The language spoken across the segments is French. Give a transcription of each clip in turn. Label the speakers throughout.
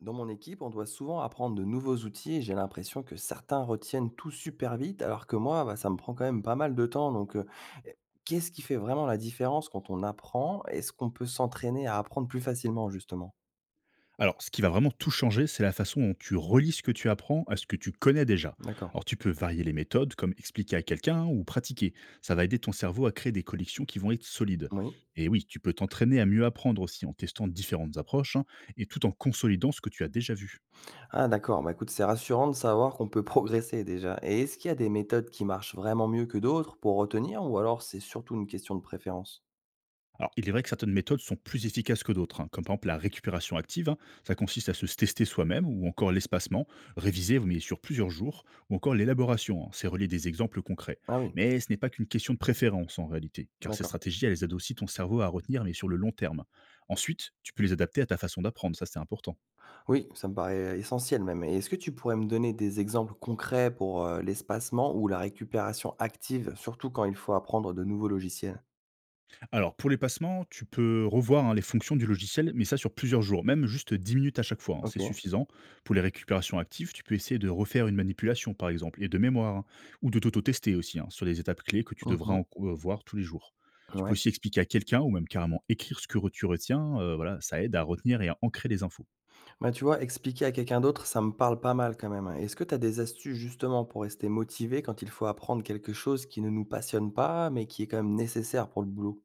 Speaker 1: Dans mon équipe, on doit souvent apprendre de nouveaux outils et j'ai l'impression que certains retiennent tout super vite, alors que moi, bah, ça me prend quand même pas mal de temps. Qu'est-ce qui fait vraiment la différence quand on apprend? Est-ce qu'on peut s'entraîner à apprendre plus facilement, justement?
Speaker 2: Alors, ce qui va vraiment tout changer, c'est la façon dont tu relis ce que tu apprends à ce que tu connais déjà.
Speaker 1: D'accord.
Speaker 2: Alors, tu peux varier les méthodes, comme expliquer à quelqu'un ou pratiquer. Ça va aider ton cerveau à créer des collections qui vont être solides.
Speaker 1: Oui.
Speaker 2: Et oui, tu peux t'entraîner à mieux apprendre aussi en testant différentes approches, hein, et tout en consolidant ce que tu as déjà vu.
Speaker 1: Ah, d'accord. Bah, écoute, c'est rassurant de savoir qu'on peut progresser déjà. Et est-ce qu'il y a des méthodes qui marchent vraiment mieux que d'autres pour retenir, ou alors c'est surtout une question de préférence?
Speaker 2: Alors, il est vrai que certaines méthodes sont plus efficaces que d'autres, hein, comme par exemple la récupération active, hein, ça consiste à se tester soi-même, ou encore l'espacement, réviser mais sur plusieurs jours, ou encore l'élaboration, hein, c'est relier des exemples concrets.
Speaker 1: Ah oui,
Speaker 2: Mais ce n'est pas qu'une question de préférence en réalité, car ces
Speaker 1: d'accord.
Speaker 2: stratégies, elles aident aussi ton cerveau à retenir, mais sur le long terme. Ensuite, tu peux les adapter à ta façon d'apprendre, ça c'est important.
Speaker 1: Oui, ça me paraît essentiel même. Et est-ce que tu pourrais me donner des exemples concrets pour l'espacement ou la récupération active, surtout quand il faut apprendre de nouveaux logiciels?
Speaker 2: Alors, pour les passements, tu peux revoir, hein, les fonctions du logiciel, mais ça sur plusieurs jours, même juste 10 minutes à chaque fois, hein, c'est
Speaker 1: Ok.
Speaker 2: suffisant. Pour les récupérations actives, tu peux essayer de refaire une manipulation, par exemple, et de mémoire, hein, ou de t'auto-tester aussi, hein, sur les étapes clés que tu devras
Speaker 1: Mhm.
Speaker 2: voir tous les jours. Tu peux
Speaker 1: Ouais.
Speaker 2: aussi expliquer à quelqu'un ou même carrément écrire ce que tu retiens. Voilà, ça aide à retenir et à ancrer les infos.
Speaker 1: Bah, tu vois, expliquer à quelqu'un d'autre, ça me parle pas mal quand même, hein. Est-ce que tu as des astuces justement pour rester motivé quand il faut apprendre quelque chose qui ne nous passionne pas, mais qui est quand même nécessaire pour le boulot?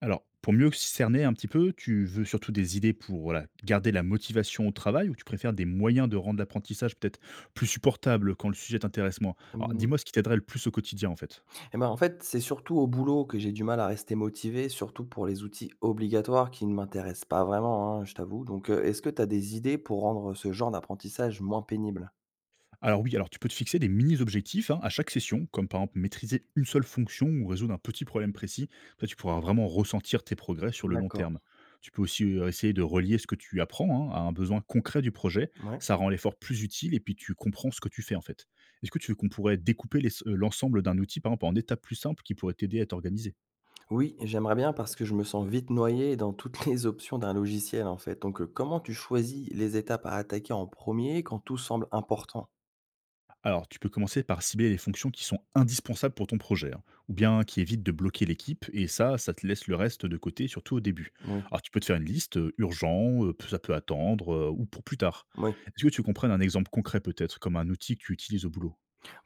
Speaker 2: Alors, pour mieux cerner un petit peu, tu veux surtout des idées pour, voilà, garder la motivation au travail, ou tu préfères des moyens de rendre l'apprentissage peut-être plus supportable quand le sujet t'intéresse moins? Alors, dis-moi ce qui t'aiderait le plus au quotidien en fait.
Speaker 1: Et ben, en fait, c'est surtout au boulot que j'ai du mal à rester motivé, surtout pour les outils obligatoires qui ne m'intéressent pas vraiment, hein, je t'avoue. Est-ce que tu as des idées pour rendre ce genre d'apprentissage moins pénible?
Speaker 2: Alors oui, alors tu peux te fixer des mini-objectifs, hein, à chaque session, comme par exemple maîtriser une seule fonction ou résoudre un petit problème précis. Ça, tu pourras vraiment ressentir tes progrès sur le long
Speaker 1: D'accord,
Speaker 2: terme. Tu peux aussi essayer de relier ce que tu apprends, hein, à un besoin concret du projet.
Speaker 1: ouais.
Speaker 2: Ça rend l'effort plus utile et puis tu comprends ce que tu fais en fait. Est-ce que tu veux qu'on pourrait découper l'ensemble d'un outil, par exemple, en étapes plus simples qui pourraient t'aider à t'organiser?
Speaker 1: Oui, j'aimerais bien parce que je me sens vite noyé dans toutes les options d'un logiciel, en fait. Comment tu choisis les étapes à attaquer en premier quand tout semble important?
Speaker 2: Alors, tu peux commencer par cibler les fonctions qui sont indispensables pour ton projet, hein, ou bien qui évitent de bloquer l'équipe, et ça te laisse le reste de côté, surtout au début.
Speaker 1: Oui,
Speaker 2: Alors, tu peux te faire une liste: urgent, ça peut attendre, ou pour plus tard.
Speaker 1: oui.
Speaker 2: Est-ce que tu comprends un exemple concret peut-être, comme un outil que tu utilises au boulot?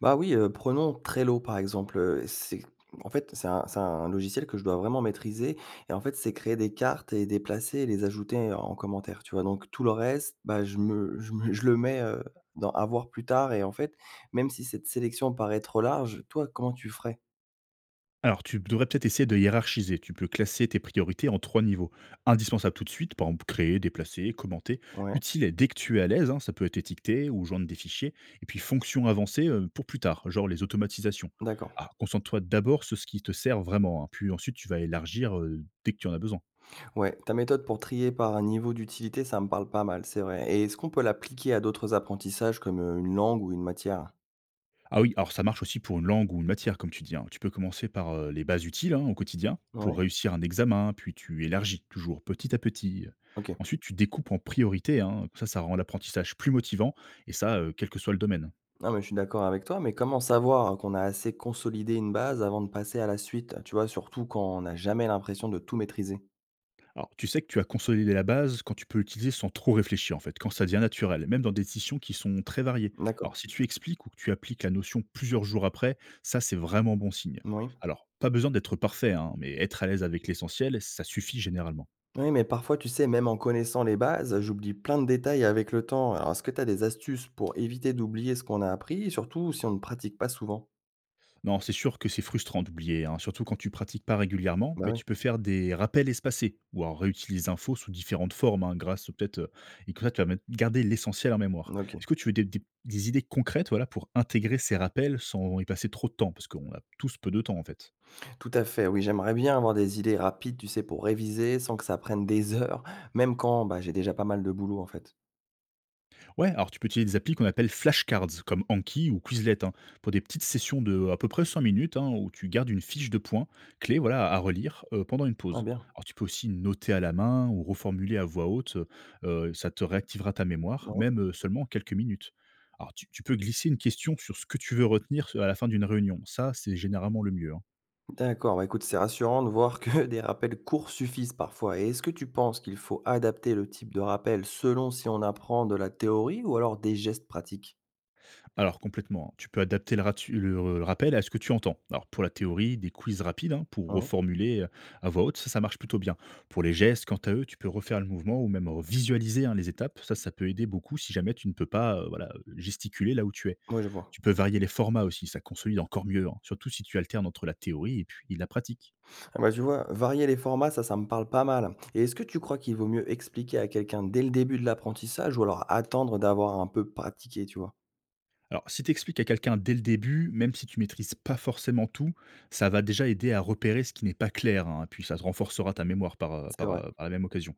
Speaker 1: Bah, oui, prenons Trello, par exemple, c'est en fait, c'est un logiciel que je dois vraiment maîtriser et en fait, c'est créer des cartes et déplacer, et les ajouter en commentaire, tu vois? Donc tout le reste, bah, je le mets, dans à voir plus tard. Et en fait, même si cette sélection paraît trop large, toi, comment tu ferais?
Speaker 2: Alors, tu devrais peut-être essayer de hiérarchiser. Tu peux classer tes priorités en 3 niveaux. Indispensable tout de suite, par exemple, créer, déplacer, commenter.
Speaker 1: Ouais,
Speaker 2: Utile dès que tu es à l'aise, hein, ça peut être étiqueté ou joindre des fichiers. Et puis, fonction avancée pour plus tard, genre les automatisations.
Speaker 1: d'accord.
Speaker 2: Alors, concentre-toi d'abord sur ce qui te sert vraiment, hein, puis ensuite, tu vas élargir dès que tu en as besoin.
Speaker 1: Ouais, ta méthode pour trier par un niveau d'utilité, ça me parle pas mal, c'est vrai. Et est-ce qu'on peut l'appliquer à d'autres apprentissages comme, une langue ou une matière?
Speaker 2: Ah oui, alors ça marche aussi pour une langue ou une matière, comme tu dis, hein. Tu peux commencer par les bases utiles, hein, au quotidien pour
Speaker 1: Ouais,
Speaker 2: réussir un examen, puis tu élargis toujours petit à petit.
Speaker 1: OK.
Speaker 2: Ensuite, tu découpes en priorité, hein. Ça rend l'apprentissage plus motivant, et ça, quel que soit le domaine.
Speaker 1: Non, mais je suis d'accord avec toi, mais comment savoir qu'on a assez consolidé une base avant de passer à la suite, tu vois? Surtout quand on n'a jamais l'impression de tout maîtriser.
Speaker 2: Alors, tu sais que tu as consolidé la base quand tu peux l'utiliser sans trop réfléchir, en fait, quand ça devient naturel, même dans des décisions qui sont très variées. Alors,
Speaker 1: D'accord.
Speaker 2: si tu expliques ou que tu appliques la notion plusieurs jours après, ça, c'est vraiment bon signe.
Speaker 1: Oui.
Speaker 2: Alors, pas besoin d'être parfait, hein, mais être à l'aise avec l'essentiel, ça suffit généralement.
Speaker 1: Oui, mais parfois, tu sais, même en connaissant les bases, j'oublie plein de détails avec le temps. Alors, est-ce que tu as des astuces pour éviter d'oublier ce qu'on a appris, et surtout si on ne pratique pas souvent?
Speaker 2: Non, c'est sûr que c'est frustrant d'oublier, hein, surtout quand tu pratiques pas régulièrement,
Speaker 1: Bah,
Speaker 2: mais
Speaker 1: oui,
Speaker 2: tu peux faire des rappels espacés ou alors réutiliser l'info sous différentes formes, hein, grâce au- peut-être et comme ça tu vas garder l'essentiel en mémoire.
Speaker 1: OK.
Speaker 2: Est-ce que tu veux des idées concrètes, voilà, pour intégrer ces rappels sans y passer trop de temps, parce qu'on a tous peu de temps en fait.
Speaker 1: Tout à fait, oui, j'aimerais bien avoir des idées rapides, tu sais, pour réviser sans que ça prenne des heures, même quand, bah, j'ai déjà pas mal de boulot, en fait.
Speaker 2: Ouais, alors tu peux utiliser des applis qu'on appelle flashcards, comme Anki ou Quizlet, hein, pour des petites sessions de à peu près 5 minutes, hein, où tu gardes une fiche de points clés, voilà, à relire pendant une
Speaker 1: Ah,
Speaker 2: pause.
Speaker 1: bien.
Speaker 2: Alors tu peux aussi noter à la main ou reformuler à voix haute, ça te réactivera ta mémoire,
Speaker 1: Ouais.
Speaker 2: même seulement quelques minutes. Alors tu peux glisser une question sur ce que tu veux retenir à la fin d'une réunion, ça c'est généralement le mieux, hein.
Speaker 1: D'accord, bah, écoute, c'est rassurant de voir que des rappels courts suffisent parfois. Et est-ce que tu penses qu'il faut adapter le type de rappel selon si on apprend de la théorie ou alors des gestes pratiques?
Speaker 2: Alors complètement, hein. Tu peux adapter le ratu le rappel à ce que tu entends. Alors pour la théorie, des quiz rapides, hein, pour
Speaker 1: Oui.
Speaker 2: reformuler à voix haute, ça marche plutôt bien. Pour les gestes, quant à eux, tu peux refaire le mouvement ou même, visualiser, hein, les étapes. Ça peut aider beaucoup si jamais tu ne peux pas, voilà, gesticuler là où tu es.
Speaker 1: Oui, je vois.
Speaker 2: Tu peux varier les formats aussi, ça consolide encore mieux, hein, surtout si tu alternes entre la théorie et puis la pratique.
Speaker 1: Ah bah, tu vois, varier les formats, ça me parle pas mal. Et est-ce que tu crois qu'il vaut mieux expliquer à quelqu'un dès le début de l'apprentissage, ou alors attendre d'avoir un peu pratiqué, tu vois?
Speaker 2: Alors si tu expliques à quelqu'un dès le début, même si tu maîtrises pas forcément tout, ça va déjà aider à repérer ce qui n'est pas clair, hein, puis ça te renforcera ta mémoire
Speaker 1: C'est vrai.
Speaker 2: par la même occasion.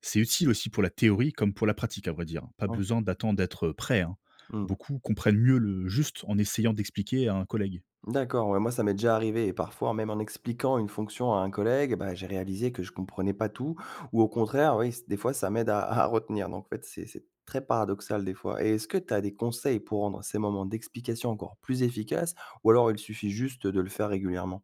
Speaker 2: C'est utile aussi pour la théorie comme pour la pratique, à vrai dire. Pas
Speaker 1: Ouais.
Speaker 2: besoin d'attendre d'être prêt, hein. Beaucoup comprennent mieux le juste en essayant d'expliquer à un collègue.
Speaker 1: D'accord, ouais, moi ça m'est déjà arrivé, et parfois même en expliquant une fonction à un collègue, bah, j'ai réalisé que je comprenais pas tout, ou au contraire, oui, des fois ça m'aide à, à retenir. Donc en fait, c'est très paradoxal des fois. Et est-ce que tu as des conseils pour rendre ces moments d'explication encore plus efficaces, ou alors il suffit juste de le faire régulièrement?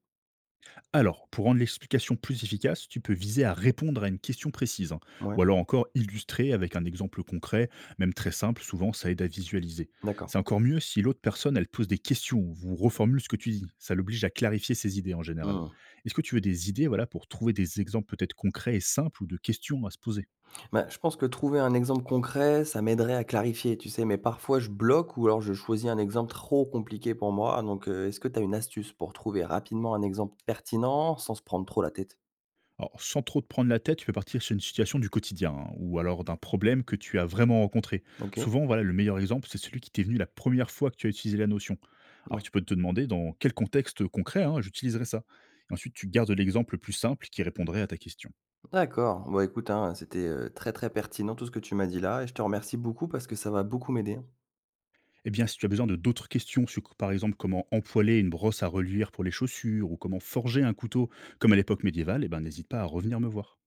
Speaker 2: Alors, pour rendre l'explication plus efficace, tu peux viser à répondre à une question précise, hein,
Speaker 1: Ouais,
Speaker 2: ou alors encore illustrer avec un exemple concret, même très simple, souvent ça aide à visualiser.
Speaker 1: d'accord.
Speaker 2: C'est encore mieux si l'autre personne, elle pose des questions, ou vous reformule ce que tu dis, ça l'oblige à clarifier ses idées en général.
Speaker 1: Hmm.
Speaker 2: Est-ce que tu veux des idées, voilà, pour trouver des exemples peut-être concrets et simples ou de questions à se poser?
Speaker 1: Bah, je pense que trouver un exemple concret, ça m'aiderait à clarifier, tu sais, mais parfois je bloque ou alors je choisis un exemple trop compliqué pour moi. Est-ce que tu as une astuce pour trouver rapidement un exemple pertinent sans se prendre trop la tête?
Speaker 2: Alors, sans trop te prendre la tête, tu peux partir sur une situation du quotidien, hein, ou alors d'un problème que tu as vraiment rencontré.
Speaker 1: OK.
Speaker 2: Souvent, voilà, le meilleur exemple, c'est celui qui t'est venu la première fois que tu as utilisé la notion. Alors,
Speaker 1: Oui.
Speaker 2: tu peux te demander dans quel contexte concret, hein, j'utiliserai ça. Et ensuite, tu gardes l'exemple le plus simple qui répondrait à ta question.
Speaker 1: D'accord. Bon, écoute, hein, c'était, très, très pertinent tout ce que tu m'as dit là, et je te remercie beaucoup parce que ça va beaucoup m'aider.
Speaker 2: Eh bien, si tu as besoin de d'autres questions sur, par exemple, comment empoiler une brosse à reluire pour les chaussures ou comment forger un couteau comme à l'époque médiévale, eh ben, n'hésite pas à revenir me voir.